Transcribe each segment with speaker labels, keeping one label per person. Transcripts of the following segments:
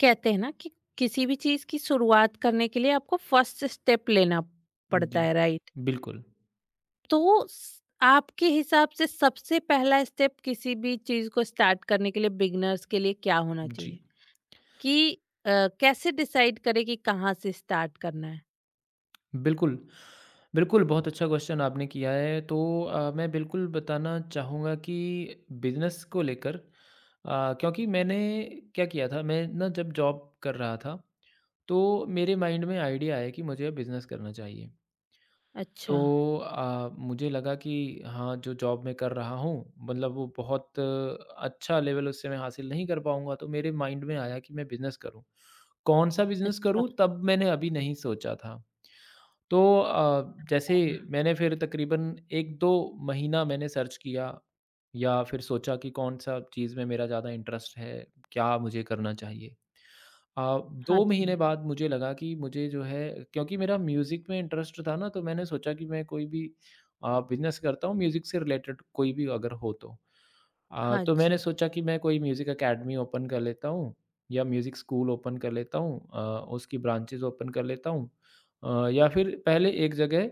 Speaker 1: कहते हैं ना कि किसी भी चीज की शुरुआत करने के लिए आपको फर्स्ट स्टेप लेना पड़ता
Speaker 2: जी,
Speaker 1: है, राइट?
Speaker 2: बिल्कुल।
Speaker 1: तो आपके हिसाब से सबसे पहला स्टेप किसी भी चीज को स्टार्ट करने के लिए बिगनर्स के लिए क्या होना
Speaker 2: जी,
Speaker 1: चाहिए कि कैसे डिसाइड करें कि कहाँ से स्टार्ट करना है।
Speaker 2: बिल्कुल। बिल्कुल, बहुत अच्छा क्वेश्चन आपने किया है। तो मैं बिल्कुल बताना चाहूँगा कि बिज़नेस को लेकर क्योंकि मैंने क्या किया था, मैं ना जब जॉब कर रहा था, तो मेरे माइंड में आइडिया आया कि मुझे अब बिज़नेस करना चाहिए।
Speaker 1: अच्छा।
Speaker 2: तो मुझे लगा कि हाँ, जो जॉब मैं कर रहा हूँ, मतलब वो बहुत अच्छा लेवल उससे मैं हासिल नहीं कर पाऊँगा, तो मेरे माइंड में आया कि मैं बिज़नेस करूँ। कौन-सा बिज़नेस
Speaker 1: अच्छा।
Speaker 2: करूँ, तब मैंने अभी नहीं सोचा था। तो जैसे मैंने फिर तकरीबन 1-2 महीना मैंने सर्च किया या फिर सोचा कि कौन-सा चीज़ में मेरा ज़्यादा इंटरेस्ट है, क्या मुझे करना चाहिए। अ,
Speaker 1: हाँ
Speaker 2: 2 महीने
Speaker 1: जी।
Speaker 2: बाद मुझे लगा कि मुझे जो है क्योंकि मेरा म्यूज़िक में इंटरेस्ट था ना, तो मैंने सोचा कि मैं कोई भी बिज़नेस करता हूँ म्यूज़िक से रिलेटेड कोई भी अगर हो तो।
Speaker 1: हाँ
Speaker 2: तो मैंने
Speaker 1: जी।
Speaker 2: सोचा कि मैं कोई म्यूज़िक अकेडमी ओपन कर लेता हूँ या म्यूज़िक स्कूल ओपन कर लेता हूँ, उसकी ब्रांचेज़ ओपन कर लेता हूँ, या फिर पहले एक जगह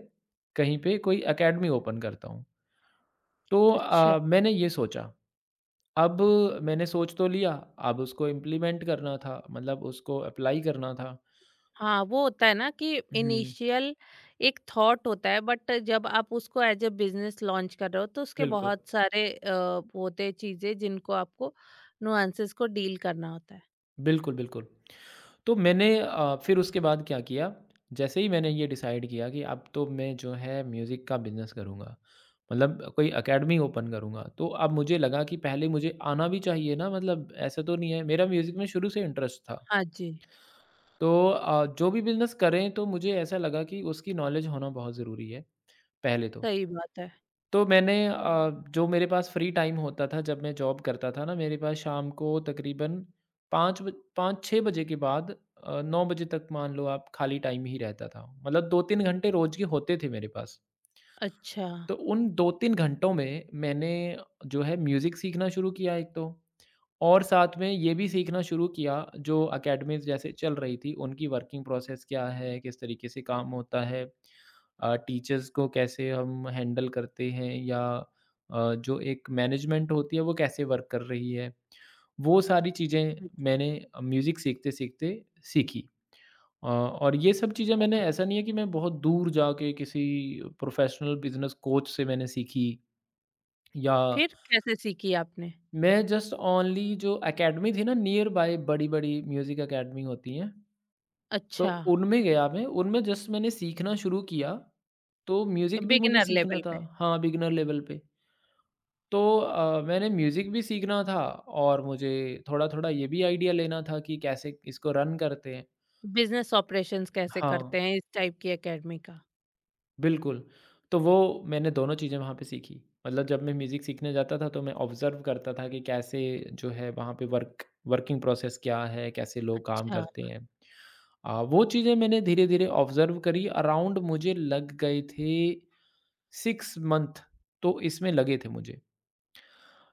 Speaker 2: कहीं पे कोई अकेडमी ओपन करता हूँ। तो
Speaker 1: अच्छा।
Speaker 2: मैंने ये सोचा। अब मैंने सोच तो लिया, अब उसको इम्प्लीमेंट करना था, मतलब उसको अप्लाई करना था।
Speaker 1: हाँ, वो होता है ना कि
Speaker 2: हुँ,
Speaker 1: इनिशियल एक थॉट होता है, बट जब आप उसको एज ए बिजनेस लॉन्च कर रहे हो तो उसके
Speaker 2: बिल्कुल।
Speaker 1: बहुत सारे होते हैं चीजें जिनको आपको नुआंसेस को डील करना होता है।
Speaker 2: बिल्कुल, बिल्कुल। तो मैंने फिर उसके बाद क्या किया, जैसे ही मैंने ये डिसाइड किया कि अब तो मैं जो है म्यूज़िक का बिज़नेस करूँगा, मतलब कोई अकेडमी ओपन करूँगा। तो अब मुझे लगा कि पहले मुझे आना भी चाहिए ना, मतलब ऐसा तो नहीं है मेरा म्यूज़िक में शुरू से इंटरेस्ट था।
Speaker 1: हाँ जी।
Speaker 2: तो जो भी बिज़नेस करें तो मुझे ऐसा लगा कि उसकी नॉलेज होना बहुत ज़रूरी है, पहले तो।
Speaker 1: सही बात है।
Speaker 2: तो मैंने जो मेरे पास फ्री टाइम होता था जब मैं जॉब करता था ना, मेरे पास शाम को तकरीबन 5 बज 5-6 बजे के बाद 9 बजे तक मान लो आप खाली टाइम ही रहता था। मतलब 2-3 घंटे रोज़ के होते थे मेरे पास।
Speaker 1: अच्छा। हाँ
Speaker 2: तो उन 2-3 घंटों में मैंने जो है म्यूज़िक सीखना शुरू किया एक तो, और साथ में ये भी सीखना शुरू किया जो अकेडमीज़ जैसे चल रही थी उनकी वर्किंग प्रोसेस क्या है, किस तरीके से काम होता है। टीचर्स को कैसे हम हैंडल करते हैं या जो एक मैनेजमेंट होती है वो कैसे वर्क कर रही है, वो सारी चीज़ें
Speaker 1: जी,
Speaker 2: मैंने म्यूज़िक सीखते सीखते सीखी। और ये सब चीज़ें मैंने
Speaker 1: अच्छा।
Speaker 2: ऐसा नहीं है कि मैं बहुत दूर जाके किसी प्रोफेशनल बिजनेस कोच से मैंने सीखी, या
Speaker 1: फिर कैसे सीखी आपने?
Speaker 2: मैं जस्ट ओनली जो एकेडमी थी ना नियर बाय, बड़ी बड़ी म्यूज़िक एकेडमी होती हैं, तो
Speaker 1: अच्छा,
Speaker 2: उनमें गया मैं, उनमें जस्ट मैंने सीखना शुरू किया, तो म्यूज़िक भी मुझे
Speaker 1: बिगिनर
Speaker 2: सीखना
Speaker 1: लेवल
Speaker 2: था।
Speaker 1: पे।
Speaker 2: हाँ, बिगिनर लेवल पे। तो मैंने म्यूज़िक भी सीखना था और मुझे थोड़ा-थोड़ा ये भी आइडिया लेना था कि कैसे इसको रन करते हैं।
Speaker 1: बिजनेस ऑपरेशंस कैसे
Speaker 2: हाँ,
Speaker 1: करते हैं इस टाइप की एकेडमी का।
Speaker 2: बिल्कुल। तो वो मैंने दोनों चीज़ें वहाँ पे सीखी। मतलब जब मैं म्यूज़िक सीखने जाता था तो मैं ऑब्ज़र्व करता था कि कैसे जो है वहाँ पे वर्किंग प्रोसेस क्या है, कैसे लोग काम
Speaker 1: अच्छा,
Speaker 2: करते हैं। वो चीज़ें मैंने धीरे-धीरे ऑब्ज़र्व करी, अराउंड मुझे लग गए थे 6 मंथ, तो इसमें लगे थे मुझे,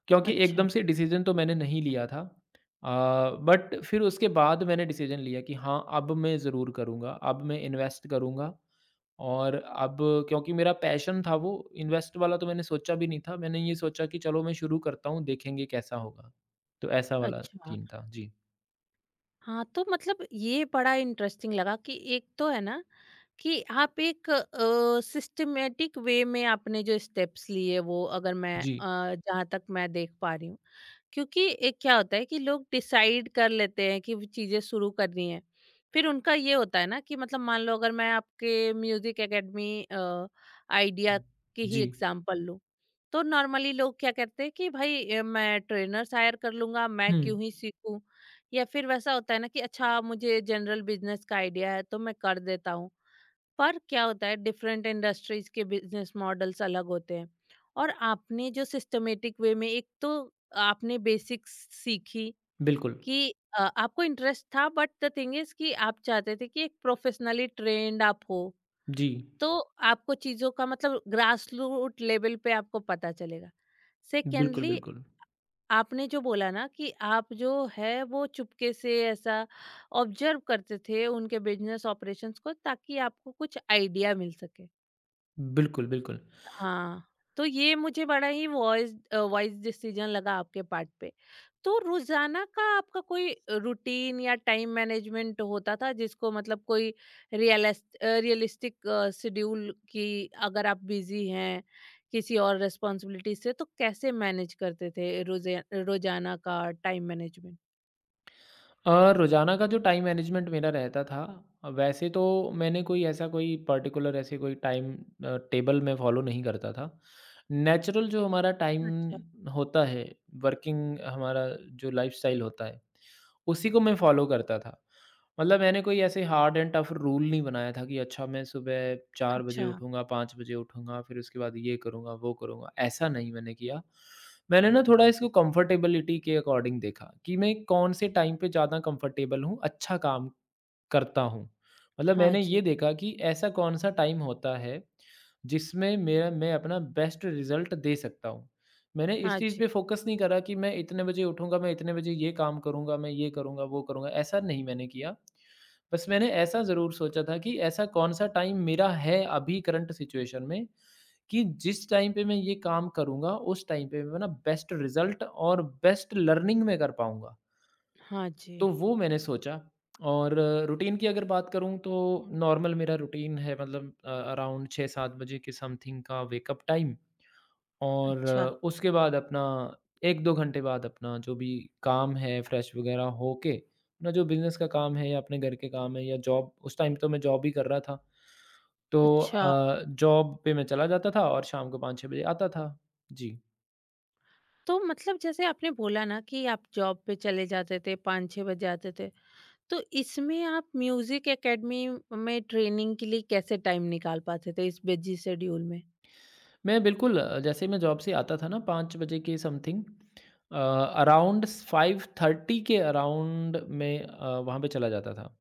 Speaker 2: क्योंकि
Speaker 1: अच्छा,
Speaker 2: एकदम से डिसीज़न तो मैंने नहीं लिया था। अ, बट फिर उसके बाद मैंने डिसीज़न लिया कि हाँ, अब मैं ज़रूर करूँगा, अब मैं इन्वेस्ट करूँगा, और अब क्योंकि मेरा पैशन था वो, इन्वेस्ट वाला तो मैंने सोचा भी नहीं था। मैंने ये सोचा कि चलो मैं शुरू करता हूँ, देखेंगे कैसा होगा। तो ऐसा वाला
Speaker 1: अच्छा।
Speaker 2: सीन था। जी।
Speaker 1: हाँ, तो मतलब ये बड़ा इंटरेस्टिंग लगा कि एक तो है ना कि आप एक सिस्टमेटिक वे में आपने जो स्टेप्स लिए वो अगर मैं
Speaker 2: जी।
Speaker 1: जहाँ तक मैं देख पा रही हूँ, क्योंकि एक क्या होता है कि लोग डिसाइड कर लेते हैं कि वो चीज़ें शुरू करनी है, फिर उनका ये होता है ना कि मतलब मान लो अगर मैं आपके म्यूजिक एकेडमी आइडिया की ही
Speaker 2: जी।
Speaker 1: एग्जांपल लूँ तो नॉर्मली लोग क्या करते हैं कि भाई मैं ट्रेनर्स हायर कर लूंगा, मैं
Speaker 2: हुँ,
Speaker 1: क्यों ही सीखूं, या फिर वैसा होता है ना कि अच्छा मुझे जनरल बिजनेस का आइडिया है तो मैं कर देता हूँ। पर क्या होता है डिफरेंट इंडस्ट्रीज के बिजनेस मॉडल्स अलग होते हैं, और आपने जो सिस्टमेटिक वे में एक तो आपने बेसिक्स सीखी
Speaker 2: बिल्कुल।
Speaker 1: कि आपको इंटरेस्ट था, बट द थिंग इज कि आप चाहते थे कि एक प्रोफेशनली ट्रेंड आप हो,
Speaker 2: जी।
Speaker 1: तो आपको चीज़ों का मतलब ग्रास रूट लेवल पे आपको पता चलेगा।
Speaker 2: बिल्कुल,
Speaker 1: सेकेंडली,
Speaker 2: बिल्कुल।
Speaker 1: आपने जो बोला ना कि आप जो है वो चुपके से ऐसा ऑब्जर्व करते थे उनके बिजनेस ऑपरेशंस को ताकि आपको कुछ आइडिया मिल सके।
Speaker 2: बिल्कुल, बिल्कुल।
Speaker 1: हाँ, तो ये मुझे बड़ा ही वॉइस डिसीजन लगा आपके पार्ट पे। तो रोज़ाना का आपका कोई रूटीन या टाइम मैनेजमेंट होता था जिसको मतलब कोई रियलिस्टिक शेड्यूल, कि अगर आप बिज़ी हैं किसी और रिस्पॉन्सिबिलिटी से तो कैसे मैनेज करते थे रोज़े रोज़ाना का टाइम मैनेजमेंट?
Speaker 2: रोज़ाना का जो टाइम मैनेजमेंट मेरा रहता था, वैसे तो मैंने कोई ऐसा कोई पर्टिकुलर ऐसे कोई टाइम टेबल मैं फ़ॉलो नहीं करता था। नेचुरल जो हमारा टाइम
Speaker 1: अच्छा,
Speaker 2: होता है, वर्किंग हमारा जो लाइफ़स्टाइल होता है, उसी को मैं फ़ॉलो करता था। मतलब मैंने कोई ऐसे हार्ड एंड टफ रूल नहीं बनाया था कि अच्छा मैं सुबह 4 बजे
Speaker 1: अच्छा।
Speaker 2: उठूँगा, 5 बजे उठूँगा, फिर उसके बाद ये करूँगा, वो करूँगा, ऐसा नहीं मैंने किया। मैंने ना थोड़ा इसको कंफर्टेबिलिटी के अकॉर्डिंग देखा कि मैं कौन से टाइम पे ज़्यादा कंफर्टेबल हूँ, अच्छा काम करता हूँ। मतलब
Speaker 1: हाँ
Speaker 2: मैंने ये
Speaker 1: जी।
Speaker 2: देखा कि ऐसा कौन-सा टाइम होता है, जिसमें मेरा मैं अपना बेस्ट रिज़ल्ट दे सकता हूँ। मैंने इस
Speaker 1: हाँ
Speaker 2: चीज़
Speaker 1: जी,
Speaker 2: पे फ़ोकस नहीं करा कि मैं इतने बजे उठूँगा, मैं इतने बजे ये काम करूँगा, मैं ये करूँगा, वो करूँगा, ऐसा नहीं मैंने किया। बस मैंने ऐसा ज़रूर सोचा था कि ऐसा कौन-सा टाइम मेरा है अभी करंट सिचुएशन में कि जिस टाइम पे मैं ये काम करूँगा, उस टाइम पे मैं ना बेस्ट रिज़ल्ट और बेस्ट लर्निंग में कर पाऊँगा।
Speaker 1: हाँ जी।
Speaker 2: तो वो मैंने सोचा। और रूटीन की अगर बात करूँ तो नॉर्मल मेरा रूटीन है, मतलब अराउंड 6-7 बजे के समथिंग का वेकअप टाइम और
Speaker 1: अच्छा,
Speaker 2: उसके बाद अपना 1-2 घंटे बाद अपना जो भी काम है, फ्रेश वगैरह होके, अपना जो बिज़नेस का काम है या अपने घर के काम है या जॉब, उस टाइम तो मैं जॉब ही कर रहा था। तो
Speaker 1: अच्छा।
Speaker 2: जॉब पे मैं चला जाता था और शाम को 5-6 बजे आता था। जी।
Speaker 1: तो मतलब जैसे आपने बोला ना कि आप जॉब पे चले जाते थे, 5 6 बजे आते थे, तो इसमें आप म्यूजिक एकेडमी में ट्रेनिंग के लिए कैसे टाइम निकाल पाते थे इस बिजी शेड्यूल में?
Speaker 2: मैं बिल्कुल जैसे ही मैं जॉब से आता था ना 5 बजे के समथिंग, अराउंड 5:30 के अराउंड मैं वहाँ पे चला जाता था।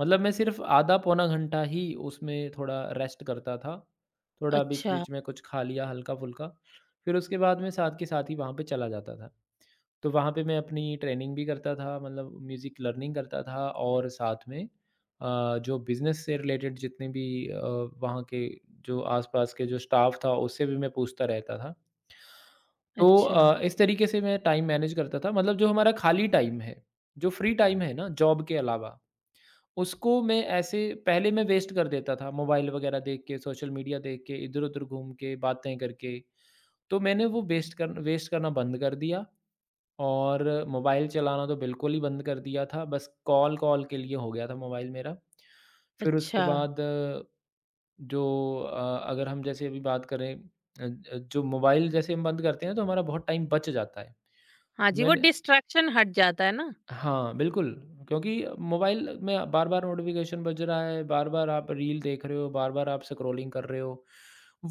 Speaker 2: मतलब मैं सिर्फ़ आधा पौना घंटा ही उसमें थोड़ा रेस्ट करता था। थोड़ा
Speaker 1: अच्छा,
Speaker 2: बीच-बीच में कुछ खा लिया हल्का-फुल्का, फिर उसके बाद मैं साथ के साथ ही वहाँ पे चला जाता था। तो वहाँ पे मैं अपनी ट्रेनिंग भी करता था, मतलब म्यूज़िक लर्निंग करता था और साथ में जो बिज़नेस से रिलेटेड जितने भी वहाँ के जो आसपास के जो स्टाफ था उससे भी मैं पूछता रहता था। तो
Speaker 1: अच्छा,
Speaker 2: इस तरीके से मैं टाइम मैनेज करता था, मतलब जो हमारा खाली टाइम है, जो फ्री टाइम है ना जॉब के अलावा, उसको मैं ऐसे पहले मैं वेस्ट कर देता था मोबाइल वगैरह देख के, सोशल मीडिया देख के, इधर-उधर घूम के, बातें करके। तो मैंने वो वेस्ट करना बंद कर दिया। और मोबाइल चलाना तो बिल्कुल ही बंद कर दिया था, बस कॉल-कॉल के लिए हो गया था मोबाइल मेरा। फिर उसके
Speaker 1: अच्छा।
Speaker 2: बाद जो अगर हम जैसे अभी बात करें जो मोबाइल जैसे हम बंद करते हैं तो हमारा बहुत टाइम बच जाता है।
Speaker 1: हाँ जी, वो
Speaker 2: मैंने
Speaker 1: डिस्ट्रैक्शन हट जाता है ना?
Speaker 2: हाँ, बिल्कुल, क्योंकि मोबाइल में बार-बार नोटिफ़िकेशन बज रहा है, बार-बार आप रील देख रहे हो, बार-बार आप स्क्रॉलिंग कर रहे हो,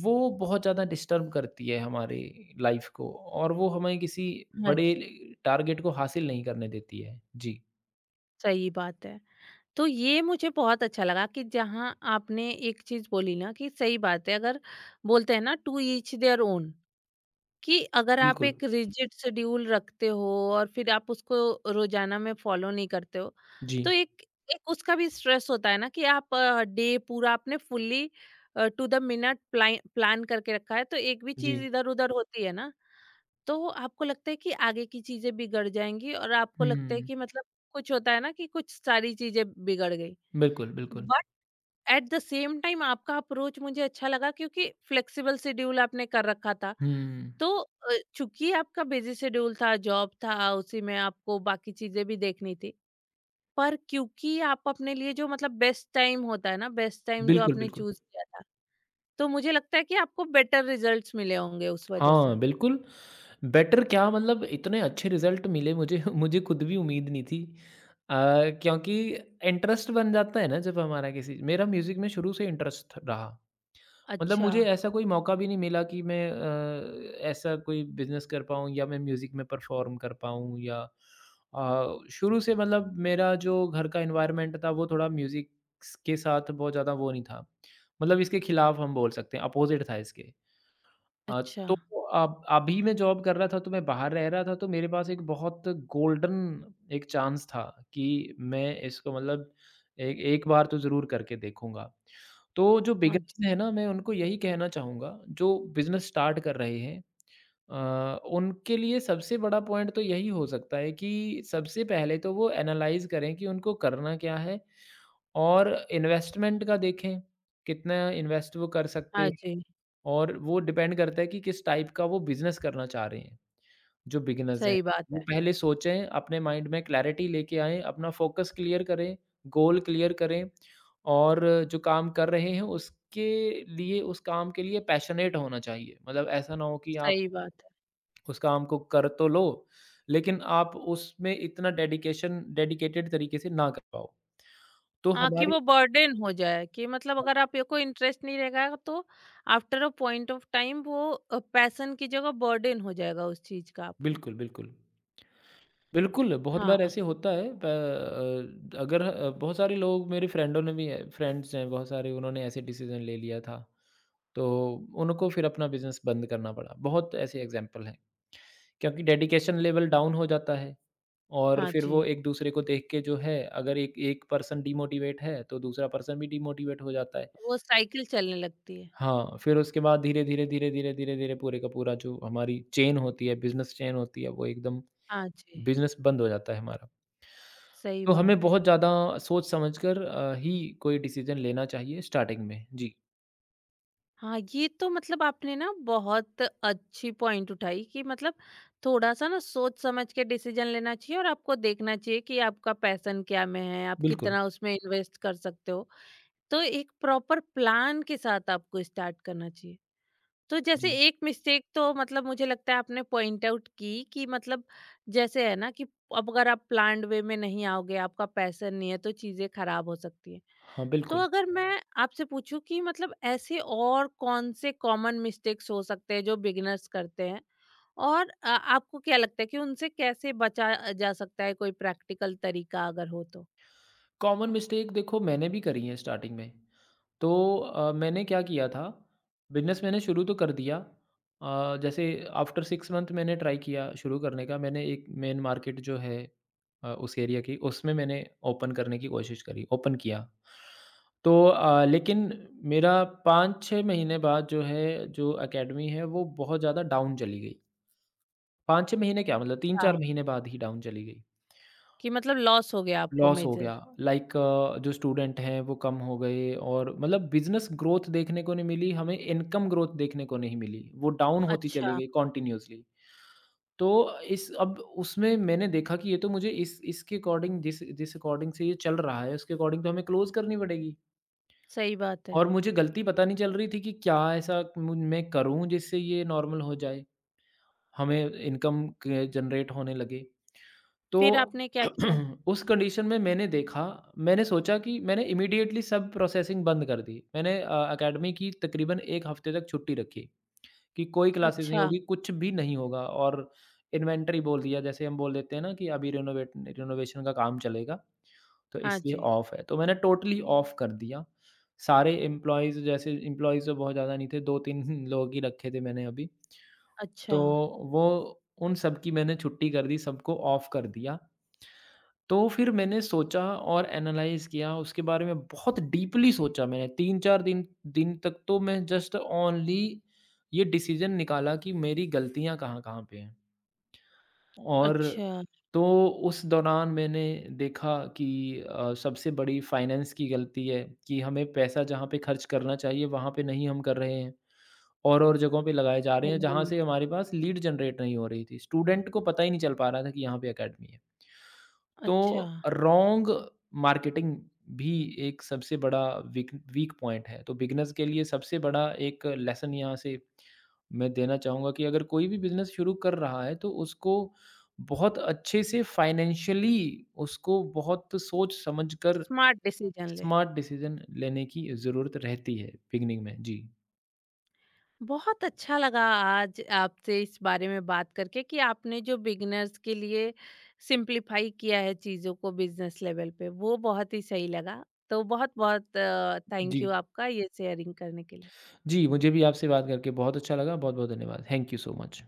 Speaker 2: वो बहुत ज़्यादा डिस्टर्ब करती है हमारी लाइफ़ को, और वो हमें किसी
Speaker 1: हाँ
Speaker 2: बड़े
Speaker 1: जी,
Speaker 2: टारगेट को हासिल नहीं करने देती है। जी,
Speaker 1: सही बात है। तो ये मुझे बहुत अच्छा लगा कि जहाँ आपने एक चीज़ बोली ना कि सही बात है, अगर बोलते हैं ना टू ईच देयर ओन, कि अगर आप
Speaker 2: बिल्कुल।
Speaker 1: एक रिजिड शेड्यूल रखते हो और फिर आप उसको रोजाना में फॉलो नहीं करते हो तो
Speaker 2: जी,
Speaker 1: एक एक उसका भी स्ट्रेस होता है ना कि आप डे पूरा आपने fully to the minute plan करके रखा है तो एक भी
Speaker 2: जी।
Speaker 1: चीज इधर उधर होती है ना, तो आपको लगता है कि आगे की चीजें बिगड़ जाएंगी, और आपको लगता है
Speaker 2: हुँ,
Speaker 1: कि मतलब कुछ होता है ना कि कुछ सारी चीजें बिगड़ गई।
Speaker 2: बिल्कुल, बिल्कुल।
Speaker 1: But at the same time आपका अप्रोच मुझे अच्छा लगा, क्योंकि फ्लेक्सिबल शेड्यूल आपने कर रखा था।
Speaker 2: हुँ,
Speaker 1: तो चूंकि आपका बिजी शेड्यूल था, जॉब था, उसी में आपको बाकी चीज़ें भी देखनी थी। पर क्योंकि आप अपने लिए जो मतलब बेस्ट टाइम होता है ना, बेस्ट टाइम जो
Speaker 2: बिल्कुल,
Speaker 1: आपने
Speaker 2: बिल्कुल।
Speaker 1: चूज़ किया था, तो मुझे लगता है कि आपको बेटर रिजल्ट्स मिले होंगे उस वजह
Speaker 2: हाँ,
Speaker 1: से।
Speaker 2: बिल्कुल। बेटर क्या, मतलब इतने अच्छे रिज़ल्ट मिले मुझे, मुझे खुद भी उम्मीद नहीं थी। अ, क्योंकि इंटरेस्ट बन जाता है ना जब हमारा किसी, मेरा म्यूज़िक में शुरू से इंटरेस्ट रहा। मतलब
Speaker 1: अच्छा,
Speaker 2: मुझे ऐसा कोई मौका भी नहीं मिला कि मैं ऐसा कोई बिज़नेस कर पाऊँ या मैं म्यूज़िक में परफ़ॉर्म कर पाऊँ या शुरू से मतलब मेरा जो घर का एनवायरनमेंट था वो थोड़ा म्यूज़िक स के साथ बहुत ज़्यादा वो नहीं था। मतलब इसके खिलाफ हम बोल सकते हैं, अपोज़िट था इसके। अ,
Speaker 1: अच्छा।
Speaker 2: तो अब अभी मैं जॉब कर रहा था तो मैं बाहर रह रहा था तो मेरे पास एक बहुत गोल्डन एक चांस था कि मैं इसको मतलब एक एक बार तो ज़रूर करके देखूँगा। तो जो
Speaker 1: हाँ जी,
Speaker 2: बिगिनर्स हैं ना, मैं उनको यही कहना चाहूँगा जो बिज़नेस स्टार्ट कर रहे हैं, उनके लिए सबसे बड़ा पॉइंट तो यही हो सकता है कि सबसे पहले तो वो एनालाइज़ करें कि उनको करना क्या है और इन्वेस्टमेंट का देखें, कितना इन्वेस्ट वो कर
Speaker 1: हाँ
Speaker 2: सकते,
Speaker 1: जी।
Speaker 2: और वो डिपेंड करता है कि किस टाइप का वो बिज़नेस करना चाह रहे हैं। जो बिगिनर्स हैं,
Speaker 1: सही बात
Speaker 2: वो
Speaker 1: है,
Speaker 2: पहले सोचें, अपने माइंड में क्लैरिटी लेके आएँ, अपना फ़ोकस क्लियर करें, गोल क्लियर करें, और जो काम कर रहे हैं उसके लिए, उस काम के लिए पैशनेट होना चाहिए। मतलब ऐसा ना हो कि आप
Speaker 1: सही बात है।
Speaker 2: उस काम को कर तो लो, लेकिन आप उसमें इतना डेडिकेशन डेडिकेटेड तरीके से ना कर पाओ। तो
Speaker 1: हाँ, कि
Speaker 2: हमारी
Speaker 1: वो बर्डन हो जाए कि मतलब
Speaker 2: हाँ,
Speaker 1: अगर आप ये को इंटरेस्ट नहीं रहेगा तो after a point of time वो पैशन की जगह बर्डन हो जाएगा उस चीज़ का आपको।
Speaker 2: बिल्कुल, बिल्कुल। बिल्कुल, बहुत
Speaker 1: हाँ,
Speaker 2: बार ऐसे होता है अगर बहुत सारे लोग मेरे फ्रेंडों ने भी है फ्रेंड्स हैं बहुत सारे उन्होंने ऐसे डिसीज़न ले लिया था, तो उनको फिर अपना बिज़नेस बंद करना पड़ा। बहुत ऐसे एग्ज़ाम्पल हैं, क्योंकि डेडिकेशन लेवल डाउन हो जाता है, और
Speaker 1: हाँ
Speaker 2: फिर वो
Speaker 1: जी।
Speaker 2: एक-दूसरे को देख के जो है, अगर एक एक पर्सन डिमोटिवेट है, तो दूसरा पर्सन भी डिमोटिवेट हो जाता है।
Speaker 1: वो साइकिल चलने लगती है।
Speaker 2: हाँ, फिर उसके बाद धीरे-धीरे, धीरे-धीरे, धीरे-धीरे पूरे का पूरा जो हमारी चेन होती है, बिज़नेस चेन होती है, वो एकदम
Speaker 1: हाँ जी,
Speaker 2: बिज़नेस बंद हो जाता है हमारा।
Speaker 1: सही
Speaker 2: तो हमें
Speaker 1: बात है।
Speaker 2: बहुत ज़्यादा सोच समझकर ही कोई डिसीज़न लेना चाहिए स्टार्टिंग में। जी,
Speaker 1: हाँ, ये तो मतलब आपने ना बहुत अच्छी पॉइंट उठाई कि मतलब थोड़ा-सा ना सोच समझ के डिसीजन लेना चाहिए और आपको देखना चाहिए कि आपका पैशन क्या में है, आप
Speaker 2: बिल्कुल।
Speaker 1: कितना उसमें इन्वेस्ट कर सकते हो। तो एक प्रॉपर प्लान के साथ आपको स्टार्ट करना चाहिए। तो जैसे
Speaker 2: जी,
Speaker 1: एक मिस्टेक तो मतलब मुझे लगता है आपने पॉइंट आउट की कि मतलब जैसे है ना कि अब अगर आप प्लान्ड वे में नहीं आओगे, आपका पैशन नहीं है, तो चीज़ें खराब हो सकती हैं।
Speaker 2: हाँ,
Speaker 1: तो
Speaker 2: बिल्कुल।
Speaker 1: अगर मैं आपसे पूछूं कि मतलब ऐसे और कौन से कॉमन मिस्टेक्स हो सकते हैं जो बिगिनर्स करते हैं, और आपको क्या लगता है कि उनसे कैसे बचा जा सकता है, कोई प्रैक्टिकल तरीका अगर हो तो?
Speaker 2: कॉमन मिस्टेक देखो मैंने भी करी है स्टार्टिंग में। तो मैंने क्या किया था, बिज़नेस मैंने शुरू तो कर दिया। जैसे आफ्टर 6 मंथ मैंने ट्राई किया शुरू करने का। मैंने एक मेन मार्केट जो है उस एरिया की, उसमें मैंने ओपन करने की कोशिश करी, ओपन किया। तो लेकिन मेरा 5-6 महीने बाद जो है, जो अकेडमी है वो बहुत ज़्यादा डाउन चली गई। 5-6 महीने क्या, मतलब
Speaker 1: अच्छा।
Speaker 2: 3-4 महीने बाद ही डाउन चली गई।
Speaker 1: कि मतलब लॉस हो गया आपको
Speaker 2: लॉस हो गया,
Speaker 1: मेजर?
Speaker 2: लाइक जो स्टूडेंट हैं वो कम हो गए, और मतलब बिजनेस ग्रोथ देखने को नहीं मिली, हमें इनकम ग्रोथ देखने को नहीं मिली, वो डाउन होती चली
Speaker 1: अच्छा।
Speaker 2: गई कॉन्टिन्यूसली। तो इस अब उसमें मैंने देखा कि ये तो मुझे इस इसके अकॉर्डिंग, जिस जिस अकॉर्डिंग से ये चल रहा है उसके अकॉर्डिंग तो हमें क्लोज करनी पड़ेगी।
Speaker 1: सही बात है।
Speaker 2: और मुझे गलती पता नहीं चल रही थी कि क्या ऐसा मैं करूं जिससे ये नॉर्मल हो जाए, हमें इनकम जनरेट होने लगे। तो
Speaker 1: फिर आपने क्या किया?
Speaker 2: उस कंडीशन में मैंने देखा, मैंने सोचा कि मैंने इमीडिएटली सब प्रोसेसिंग बंद कर दी। मैंने अकेडमी की तकरीबन 1 हफ्ते तक छुट्टी रखी कि कोई क्लासेस नहीं
Speaker 1: अच्छा।
Speaker 2: होगी, कुछ भी नहीं होगा, और इन्वेंटरी बोल दिया जैसे हम बोल देते हैं ना कि अभी रिनोवेट रिनोवेशन का काम चलेगा, तो
Speaker 1: हाँ
Speaker 2: इसलिए
Speaker 1: जी।
Speaker 2: ऑफ है। तो मैंने टोटली ऑफ कर दिया। सारे एम्प्लॉइज़ तो बहुत ज़्यादा नहीं थे, 2-3 लोग ही रखे थे मैंने अभी।
Speaker 1: अच्छा।
Speaker 2: तो वो उन सब की मैंने छुट्टी कर दी, सबको ऑफ कर दिया। तो फिर मैंने सोचा और एनालाइज़ किया, उसके बारे में बहुत डीपली सोचा, मैंने 3-4 दिन दिन तक तो मैं जस्ट ओनली ये डिसीज़न निकाला कि मेरी गलतियाँ कहाँ-कहाँ पे हैं। और
Speaker 1: अच्छा।
Speaker 2: तो उस दौरान मैंने देखा कि सबसे बड़ी फाइनेंस की गलती है कि हमें पैसा जहाँ पे खर्च करना चाहिए, वहाँ पे नहीं हम कर रहे हैं। और-और जगहों पे लगाए जा रहे हैं, जहाँ से
Speaker 1: ओह,
Speaker 2: हमारे पास लीड जनरेट नहीं हो रही थी। स्टूडेंट को पता ही नहीं चल पा रहा था कि यहाँ पे अकेडमी है।
Speaker 1: अच्छा।
Speaker 2: तो रॉन्ग मार्केटिंग भी एक सबसे बड़ा वीक वीक पॉइंट है। तो बिगिनर्स के लिए सबसे बड़ा एक लेसन यहाँ से मैं देना चाहूँगा कि अगर कोई भी बिज़नेस शुरू कर रहा है तो उसको बहुत अच्छे से फाइनेंशियली उसको बहुत सोच समझ कर
Speaker 1: स्मार्ट डिसीजन ले।
Speaker 2: स्मार्ट डिसीज़न लेने की ज़रूरत रहती है बिगिनिंग में। जी।
Speaker 1: बहुत अच्छा लगा आज आपसे इस बारे में बात करके कि आपने जो बिगिनर्स के लिए सिंपलीफाई किया है चीज़ों को बिजनेस लेवल पे, वो बहुत ही सही लगा। तो बहुत बहुत
Speaker 2: जी।
Speaker 1: थैंक यू आपका ये शेयरिंग करने के लिए।
Speaker 2: जी, मुझे भी आपसे बात करके बहुत अच्छा लगा। बहुत-बहुत धन्यवाद। Thank you so much.